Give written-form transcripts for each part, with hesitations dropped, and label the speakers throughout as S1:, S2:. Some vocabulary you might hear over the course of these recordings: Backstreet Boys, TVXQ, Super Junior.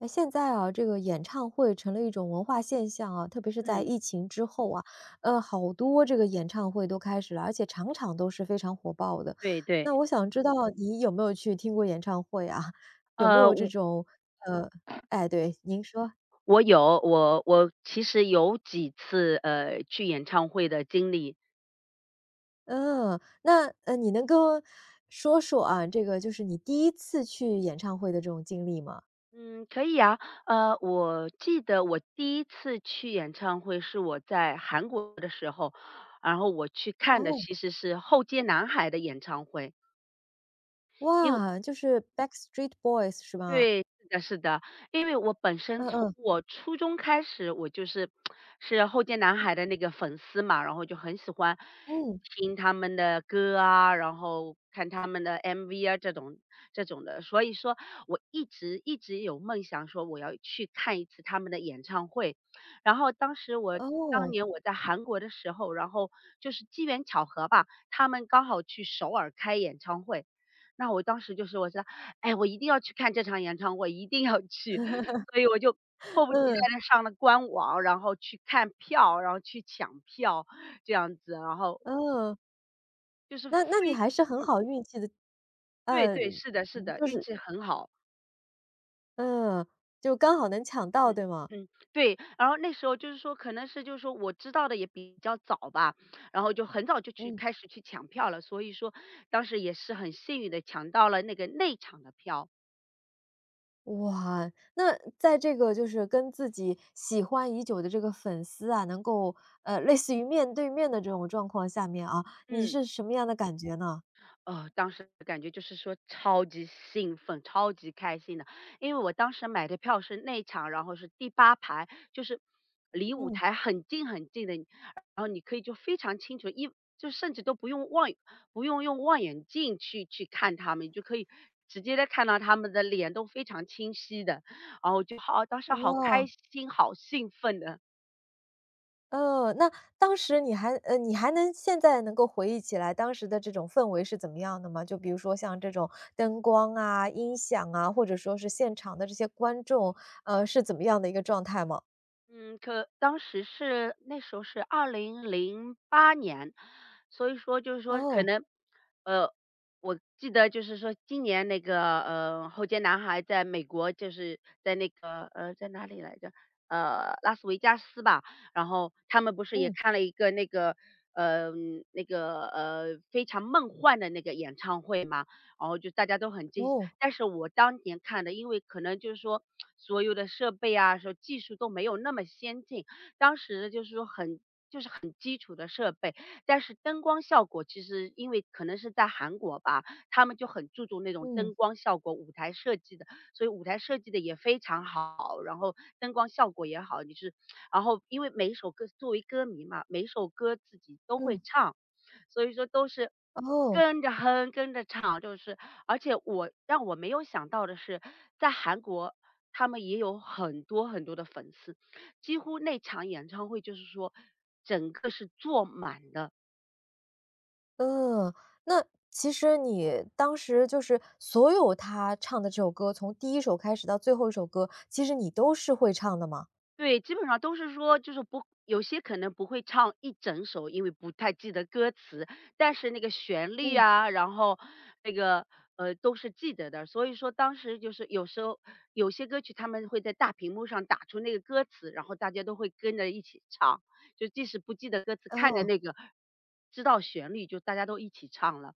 S1: 那现在啊，这个演唱会成了一种文化现象啊，特别是在
S2: 嗯，
S1: 疫情之后啊，好多这个演唱会都开始了，而且场场都是非常火爆的。
S2: 对对，
S1: 那我想知道你有没有去听过演唱会啊？有没
S2: 呃，
S1: 有这
S2: 我
S1: 种呃，哎，对，您说，
S2: 我其实有几次去演唱会的经历。
S1: 嗯，那你能跟我说说啊，这个就是你第一次去演唱会的这种经历吗？
S2: 嗯，可以啊。我记得我第一次去演唱会是我在韩国的时候，然后我去看的
S1: 哦，
S2: 其实是后街男孩的演唱会。因为。
S1: 哇，就是 Backstreet Boys 是吧？
S2: 对，是的，是的。因为我本身
S1: 嗯
S2: 从
S1: 嗯
S2: 我初中开始，我就是后街男孩的那个粉丝嘛，然后就很喜欢
S1: 嗯，
S2: 听他们的歌啊，然后看他们的 MV 啊这种的，所以说我一直一直有梦想说我要去看一次他们的演唱会。然后当
S1: 哦，
S2: 年我在韩国的时候，然后就是机缘巧合吧，他们刚好去首尔开演唱会。那我当时就是我说，道，哎，我一定要去看这场演唱会，一定要去，所以我就 迫不及待
S1: 嗯
S2: 的上了官网，然后去看票，然后去抢票这样子。然后
S1: 嗯。
S2: 就是非
S1: 那你还是很好运气的，
S2: 对
S1: 呃，
S2: 对，是的是的，
S1: 就
S2: 运
S1: 是
S2: 气很好。
S1: 嗯，就刚好能抢到，
S2: 嗯
S1: 对吗？
S2: 嗯，对。然后那时候就是说可能是就是说我知道的也比较早吧，然后就很早就去
S1: 嗯，
S2: 开始去抢票了，所以说当时也是很幸运的抢到了那个内场的票。
S1: 哇，那在这个就是跟自己喜欢已久的这个粉丝啊，能够类似于面对面的这种状况下面啊，你
S2: 嗯。
S1: 是什么样的感觉呢？
S2: 当时感觉就是说超级兴奋、超级开心的，因为我当时买的票是内场，然后是第八排，就是离舞
S1: 嗯，
S2: 台很近很近的，然后你可以就非常清楚，就甚至都不用不用望远镜去看他们，你就可以直接的看到他们的脸都非常清晰的，然后我当时好开
S1: 哇。
S2: 心、好兴奋的。
S1: 那当时你还能现在能够回忆起来当时的这种氛围是怎么样的吗？就比如说像这种灯光啊、音响啊，或者说是现场的这些观众，是怎么样的一个状态吗？
S2: 嗯，可当时是那时候是二零零八年，所以说就是说可
S1: 哦，
S2: 能，呃，我记得就是说今年那个，后街男孩在美国就是在那个，在哪里来着？拉斯维加斯吧。然后他们不是也
S1: 嗯，
S2: 看了一个那个，那个，非常梦幻的那个演唱会嘛，然后就大家都很惊喜。
S1: 哦，
S2: 但是我当年看的，因为可能就是说所有的设备啊，说技术都没有那么先进，当时就是说就是很基础的设备，但是灯光效果其实因为可能是在韩国吧，他们就很注重那种灯
S1: 嗯，
S2: 光效果、舞台设计的，所以舞台设计的也非常好，然后灯光效果也好，然后因为每一首歌作为歌迷嘛，每一首歌自己都会
S1: 嗯，
S2: 唱，所以说都是
S1: 哦，
S2: 跟着哼，跟着唱。就是而且让我没有想到的是，在韩国他们也有很多很多的粉丝，几乎那场演唱会就是说整个是坐满的。
S1: 嗯，那其实你当时就是所有他唱的这首歌，从第一首开始到最后一首歌，其实你都是会唱的吗？
S2: 对，基本上都是说，就是不有些可能不会唱一整首，因为不太记得歌词，但是那个旋律
S1: 嗯，
S2: 啊，然后那个都是记得的。所以说当时就是有时候有些歌曲他们会在大屏幕上打出那个歌词，然后大家都会跟着一起唱，就即使不记得歌词，看着
S1: 哦。
S2: 那个知道旋律，就大家都一起唱了。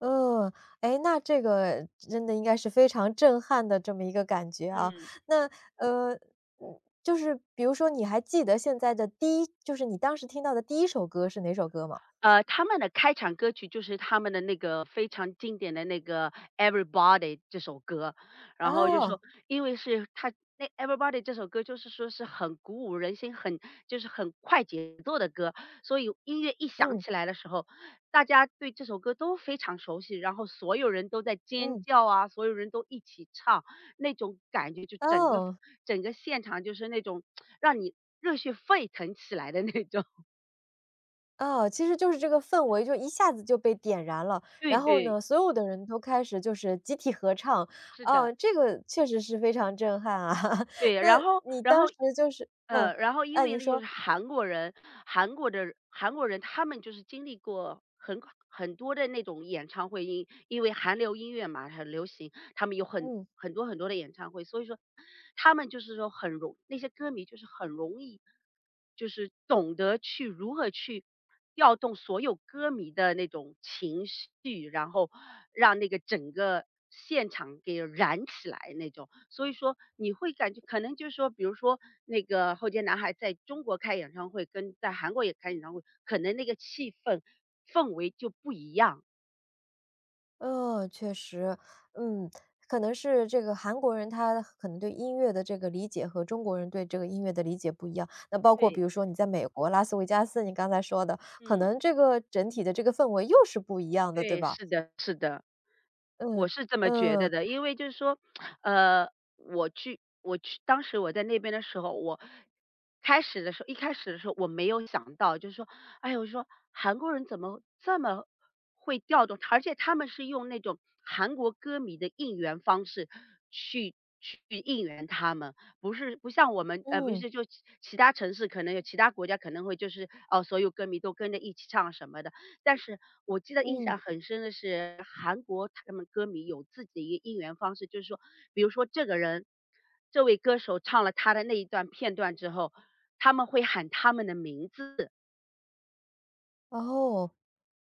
S1: 嗯，哎，那这个真的应该是非常震撼的这么一个感觉啊。
S2: 嗯。
S1: 那，呃，就是比如说你还记得现在的就是你当时听到的第一首歌是哪首歌吗？
S2: 他们的开场歌曲就是他们的那个非常经典的那个《Everybody》这首歌。然后就
S1: 哦，
S2: 说，因为是他那《Everybody》这首歌就是说是很鼓舞人心，就是很快节奏的歌，所以音乐一响
S1: 嗯，
S2: 起来的时候，大家对这首歌都非常熟悉，然后所有人都在尖
S1: 嗯，
S2: 叫啊，所有人都一起唱，那种感觉就
S1: 哦，
S2: 整个现场就是那种让你热血沸腾起来的那种。
S1: 哦，其实就是这个氛围就一下子就被点燃了，
S2: 对
S1: 然后
S2: 对，
S1: 呢，所有的人都开始就是集体合唱，
S2: 是的。
S1: 啊，这个确实是非常震撼啊。
S2: 对，
S1: 那你当时就是嗯，
S2: 然后因
S1: 哎，
S2: 为
S1: 你
S2: 那就是
S1: 说，
S2: 韩国人，韩国人他们就是经历过很多的那种演唱会，因为韩流音乐嘛很流行，他们有
S1: 嗯。
S2: 很多很多的演唱会，所以说他们就是说那些歌迷就是很容易。就是懂得去如何去调动所有歌迷的那种情绪，然后让那个整个现场给燃起来那种。所以说你会感觉可能就是说，比如说那个后街男孩在中国开演唱会，跟在韩国也开演唱会，可能那个氛围就不一样。
S1: 确实，嗯，可能是这个韩国人他可能对音乐的这个理解和中国人对这个音乐的理解不一样。那包括
S2: 对，
S1: 比如说你在美国拉斯维加斯，你刚才说的，可
S2: 嗯，
S1: 能这个整体的这个氛围又是不一样的，对
S2: 对，
S1: 吧？
S2: 是的，是的。我
S1: 嗯，
S2: 是这么觉得
S1: 嗯，
S2: 的，因为就是说，呃，我去我去当时我在那边的时候，我开始的时候一开始的时候我没有想到，就是说，哎呦，我说韩国人怎么这么会调动，而且他们是用那种韩国歌迷的应援方式去去应援他们。不是不像我们，不
S1: 嗯，
S2: 是就其他城市可能有其他国家可能会就是，哦，所有歌迷都跟着一起唱什么的。但是我记得印象
S1: 嗯，
S2: 很深的是，韩国他们歌迷有自己的一个应援方式，就是说，比如说这个人，这位歌手唱了他的那一段片段之后，他们会喊他们的名字。
S1: 哦，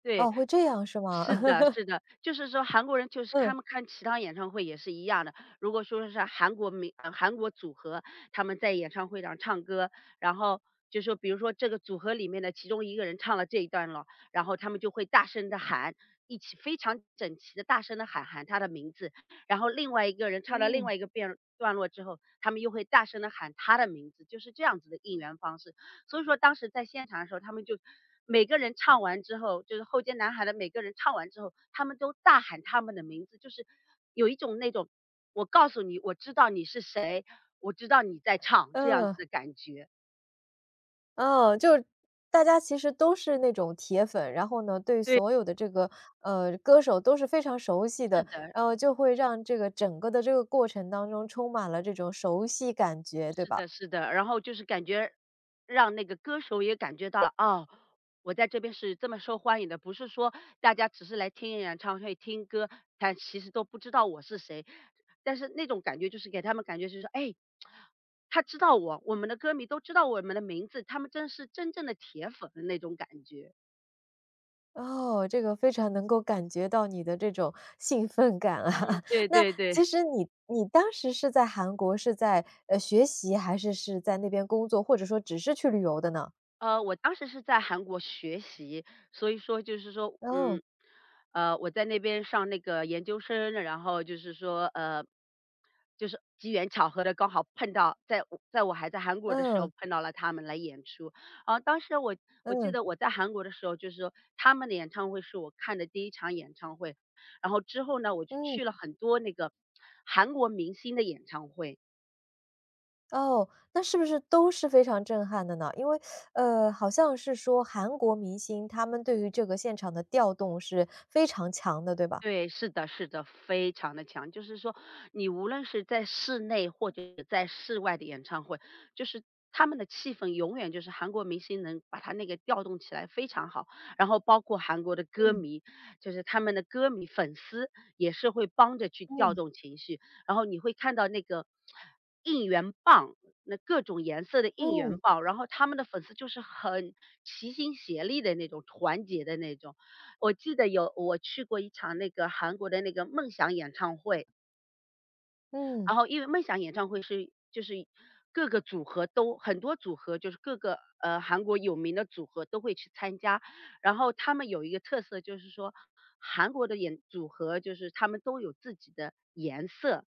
S2: 对，
S1: 哦，会这样是吗？
S2: 是的，是的。就是说韩国人就是他
S1: 嗯，
S2: 们看其他演唱会也是一样的。如果说是韩国组合，他们在演唱会上唱歌，然后就说比如说这个组合里面的其中一个人唱了这一段了，然后他们就会大声的喊，一起非常整齐的大声的喊他的名字。然后另外一个人唱了另
S1: 嗯，
S2: 外一个段落之后，他们又会大声的喊他的名字，就是这样子的应援方式。所以说当时在现场的时候，他们就每个人唱完之后，就是后街男孩的每个人唱完之后，他们都大喊他们的名字，就是有一种那种我告诉你，我知道你是谁，我知道你在唱这样子
S1: 嗯。
S2: 的感觉。
S1: 哦，就是大家其实都是那种铁粉，然后呢，对
S2: 对，
S1: 所有的这个，歌手都是非常熟悉
S2: 是
S1: 的，
S2: 的。
S1: 然后就会让这个整个的这个过程当中充满了这种熟悉感觉，对
S2: 是
S1: 吧？
S2: 的，是的，然后就是感觉让那个歌手也感觉到了，哦，我在这边是这么受欢迎的，不是说大家只是来听演唱会、听歌，但其实都不知道我是谁。但是那种感觉就是给他们感觉就是说，哎，他知道我，我们的歌迷都知道我们的名字，他们真是真正的铁粉的那种感觉。
S1: 哦，这个非常能够感觉到你的这种 兴奋感啊。
S2: 嗯，对
S1: 那
S2: 对对。
S1: 其实你当时是在韩国是在，学习还是是在那边工作，或者说只是去旅游的呢？
S2: 我当时是在韩国学习，所以说就是说，
S1: 哦，
S2: 我在那边上那个研究生，然后就是说，就是机缘巧合的刚好碰到，在我还在韩国的时候
S1: 嗯，
S2: 碰到了他们来演出。啊，当时我记
S1: 嗯，
S2: 得我在韩国的时候，就是说他们的演唱会是我看的第一场演唱会，然后之后呢，我就
S1: 嗯。
S2: 去了很多那个韩国明星的演唱会。
S1: 哦，那是不是都是非常震撼的呢？因为，好像是说韩国明星他们对于这个现场的调动是非常强的，对吧？
S2: 对，是的是的，非常的强。就是说，你无论是在室内或者在室外的演唱会，就是他们的气氛永远就是韩国明星能把他那个调动起来非常好。然后包括韩国的歌
S1: 嗯
S2: 迷，就是他们的歌迷粉丝也是会帮着去调
S1: 嗯
S2: 动情绪。然后你会看到那个应援棒，那各种颜色的应援
S1: 嗯
S2: 棒，然后他们的粉丝就是很齐心协力的那种团结的那种。我记得我去过一场那个韩国的那个梦想演唱会。
S1: 嗯，
S2: 然后因为梦想演唱会就是各个组合都很多组合，就是各个韩国有名的组合都会去参加。然后他们有一个特色就是说，韩国的组合就是他们都有自己的颜色，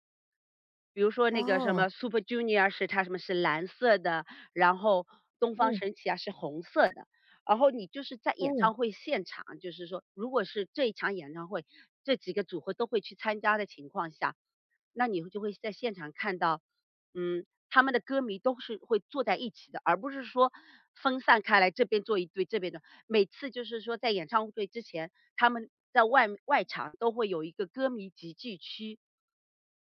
S2: 比如说那个什么
S1: 哦，
S2: Super Junior 是它什么是蓝色的，然后东方
S1: 嗯
S2: 神起啊是红色的。然后你就是在演
S1: 嗯
S2: 唱会现场，就是说如果是这一场演唱会，这几个组合都会去参加的情况下，那你就会在现场看到，他们的歌迷都是会坐在一起的，而不是说分散开来，这边坐一堆，这边的。每次就是说在演唱会之前，他们在外场都会有一个歌迷集聚区，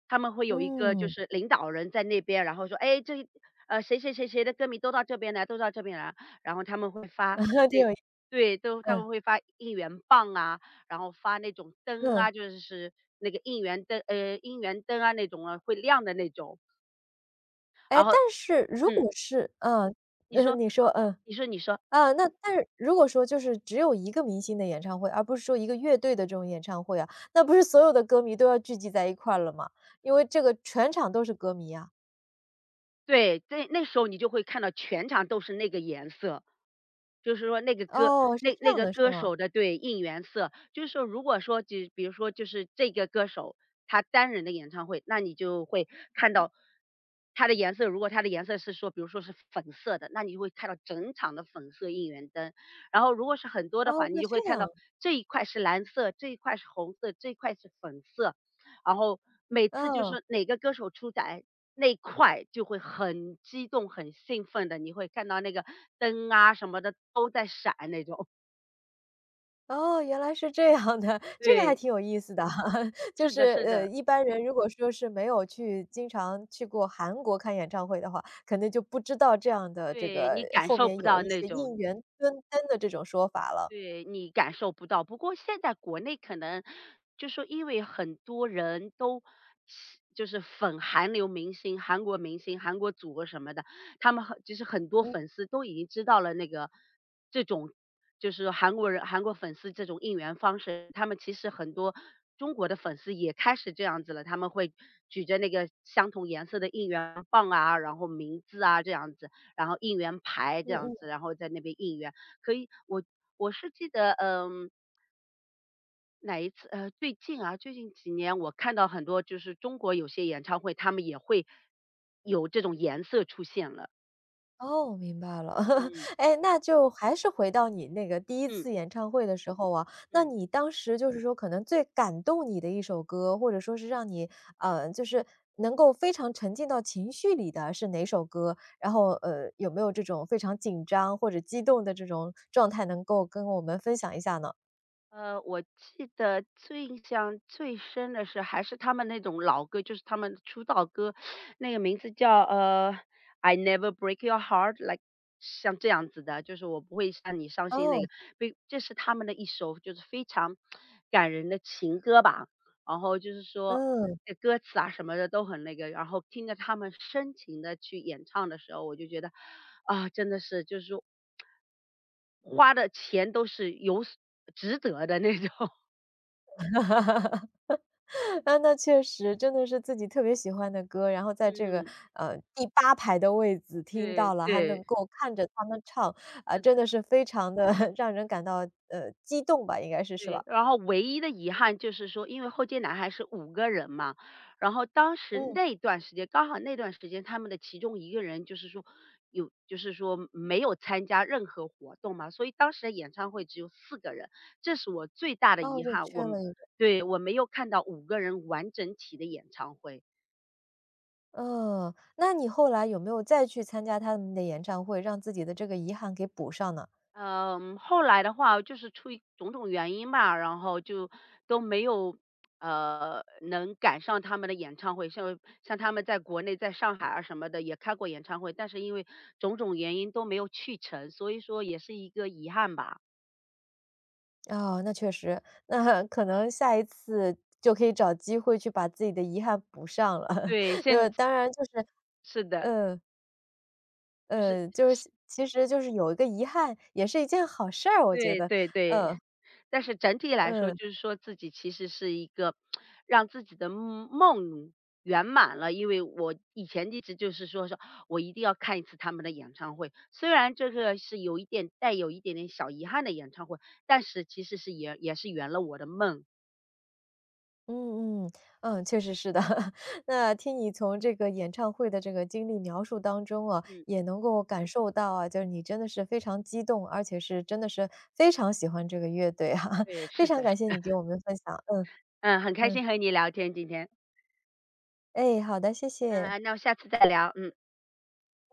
S2: 他们会有一个就
S1: 嗯，
S2: 是领导人在那边，然后说："哎，谁谁谁谁的歌迷都到这边来，都到这边来。"然后他们会发
S1: 挺
S2: 那
S1: 有意思，
S2: 对，都他
S1: 嗯
S2: 们会发应援棒啊，然后发那种灯
S1: 嗯，
S2: 啊，就是那个应援灯啊那种啊，会亮的那种。
S1: 哎，
S2: 然后
S1: 但是如
S2: 嗯，
S1: 果是嗯，
S2: 你说。
S1: 你说
S2: 你说你说。
S1: 那但是如果说就是只有一个明星的演唱会，而不是说一个乐队的这种演唱会啊，那不是所有的歌迷都要聚集在一块儿了吗？因为这个全场都是歌迷啊。
S2: 对，在那时候你就会看到全场都是那个颜色，就是说那个歌
S1: 哦，是
S2: 那
S1: 这
S2: 那
S1: 样
S2: 个
S1: 的是
S2: 歌
S1: 吗？
S2: 手的，对，应援色。就是说如果说就比如说就是这个歌手他单人的演唱会，那你就会看到他的颜色，如果他的颜色是说比如说是粉色的，那你就会看到整场的粉色应援灯。然后如果是很多的话，
S1: 哦，
S2: 你
S1: 会
S2: 就会
S1: 这
S2: 看
S1: 样，
S2: 到这一块是蓝色，这一块是红色，这一块是粉色。然后每次就
S1: 嗯，
S2: 是哪个歌手出来，那块就会很激动、很兴奋的，你会看到那个灯啊什么的都在闪那种。
S1: 哦，原来是这样的，这个还
S2: 对，
S1: 挺有意思的。就
S2: 是
S1: 是，
S2: 的是的，
S1: 一般人如果说是没有去经常去过韩国看演唱会的话，可能就不知道这样的这
S2: 对，
S1: 个
S2: 你感
S1: 后
S2: 受
S1: 面
S2: 不
S1: 有
S2: 到
S1: 一
S2: 那
S1: 些
S2: 种。
S1: 应援蹲灯的这种说法了。
S2: 对，你感受不到。不过现在国内可能就说，因为很多人都喜就是粉韩流明星、韩国明星、韩国组合什么的，他们很就是很多
S1: 嗯，
S2: 粉丝都已经知道了那个这种就是韩国人、韩国粉丝这种应援方式，他们其实很多中国的粉丝也开始这样子了，他们会举着那个相同颜色的应援棒啊，然后名字啊这样子，然后应援牌这
S1: 嗯
S2: 样子，
S1: 嗯。
S2: 然后在那边应援。可以，我是记得，嗯，哪一次，呃，最近啊，最近几年我看到很多就是中国有些演唱会，他们也会有这种颜色出现了，
S1: 哦，明白了。
S2: 嗯
S1: 哎，那就还是回到你那个第一
S2: 嗯
S1: 次演唱会的时候啊，那
S2: 嗯。
S1: 你当时就是说可能最感动你的一首歌，或者说是让你，就是能够非常沉浸到情绪里的是哪首歌？然后，有没有这种非常紧张或者激动的这种状态能够跟我们分享一下呢？
S2: 我记得最印象最深的是还是他们那种老歌，就是他们的出道歌，那个名字叫I Never Break Your Heart,like 像这样子的，就是我不会让你伤心那个，
S1: 哦，
S2: 这是他们的一首就是非常感人的情歌吧。然后就是说
S1: 嗯。
S2: 这歌词啊什么的都很那个，然后听着他们深情的去演唱的时候，我就觉得啊，真的是就是说花的钱都是有所值得的那种。
S1: 啊，那确实，真的是自己特别喜欢的歌，然后在这个，
S2: 嗯，
S1: 第八排的位置听
S2: 对
S1: 到了，还
S2: 对，
S1: 能够看着他们唱，啊，
S2: 是的，
S1: 真的是非常的 让人感到，激动吧，应该是，是
S2: 对。
S1: 吧？
S2: 然后唯一的遗憾就是说，因为后街男孩是五个人嘛，然后当时
S1: 嗯，
S2: 那段时间刚好那段时间他们的其中一个人就是说没有参加任何活动嘛，所以当时的演唱会只有4个人，这是我最大的
S1: 哦，
S2: 遗
S1: 就
S2: 憾，
S1: 缺
S2: 我
S1: 了一个。
S2: 对，我没有看到五个人完整体的演唱会。
S1: 嗯，那你后来有没有再去参加他们的演唱会，让自己的这个遗憾给补上呢？
S2: 嗯，后来的话就是出于种种原因吧，然后就都没有，呃，能赶上他们的演唱会。像他们在国内，在上海啊什么的也开过演唱会，但是因为种种原因都没有去成，所以说也是一个遗憾吧。
S1: 哦，那确实，那 可能下一次就可以找机会去把自己的遗憾补上了，
S2: 对，现
S1: 就当然就是
S2: 是的，
S1: 嗯。
S2: 就是
S1: 就是其实就是有一个遗憾，也是一件好事儿，我觉
S2: 对
S1: 得。
S2: 对对，但是整体来说，
S1: 嗯，
S2: 就是说自己其实是一个让自己的梦圆满了。因为我以前一直就是说，我一定要看一次他们的演唱会，虽然这个是有一点带有一点点小遗憾的演唱会，但是其实是也是圆了我的梦。
S1: 嗯嗯，嗯，确实是的。那听你从这个演唱会的这个经历描述当中啊，
S2: 嗯，
S1: 也能够感受到啊，就是你真的是非常激动，而且是真的是非常喜欢这个乐队哈。
S2: 对，
S1: 非
S2: 是
S1: 常
S2: 的，是
S1: 感谢
S2: 的，
S1: 你给我们分享。嗯
S2: 嗯，很开
S1: 嗯，
S2: 心和你聊天今天，
S1: 哎，好的，谢谢。
S2: 嗯，那我下次再聊，嗯。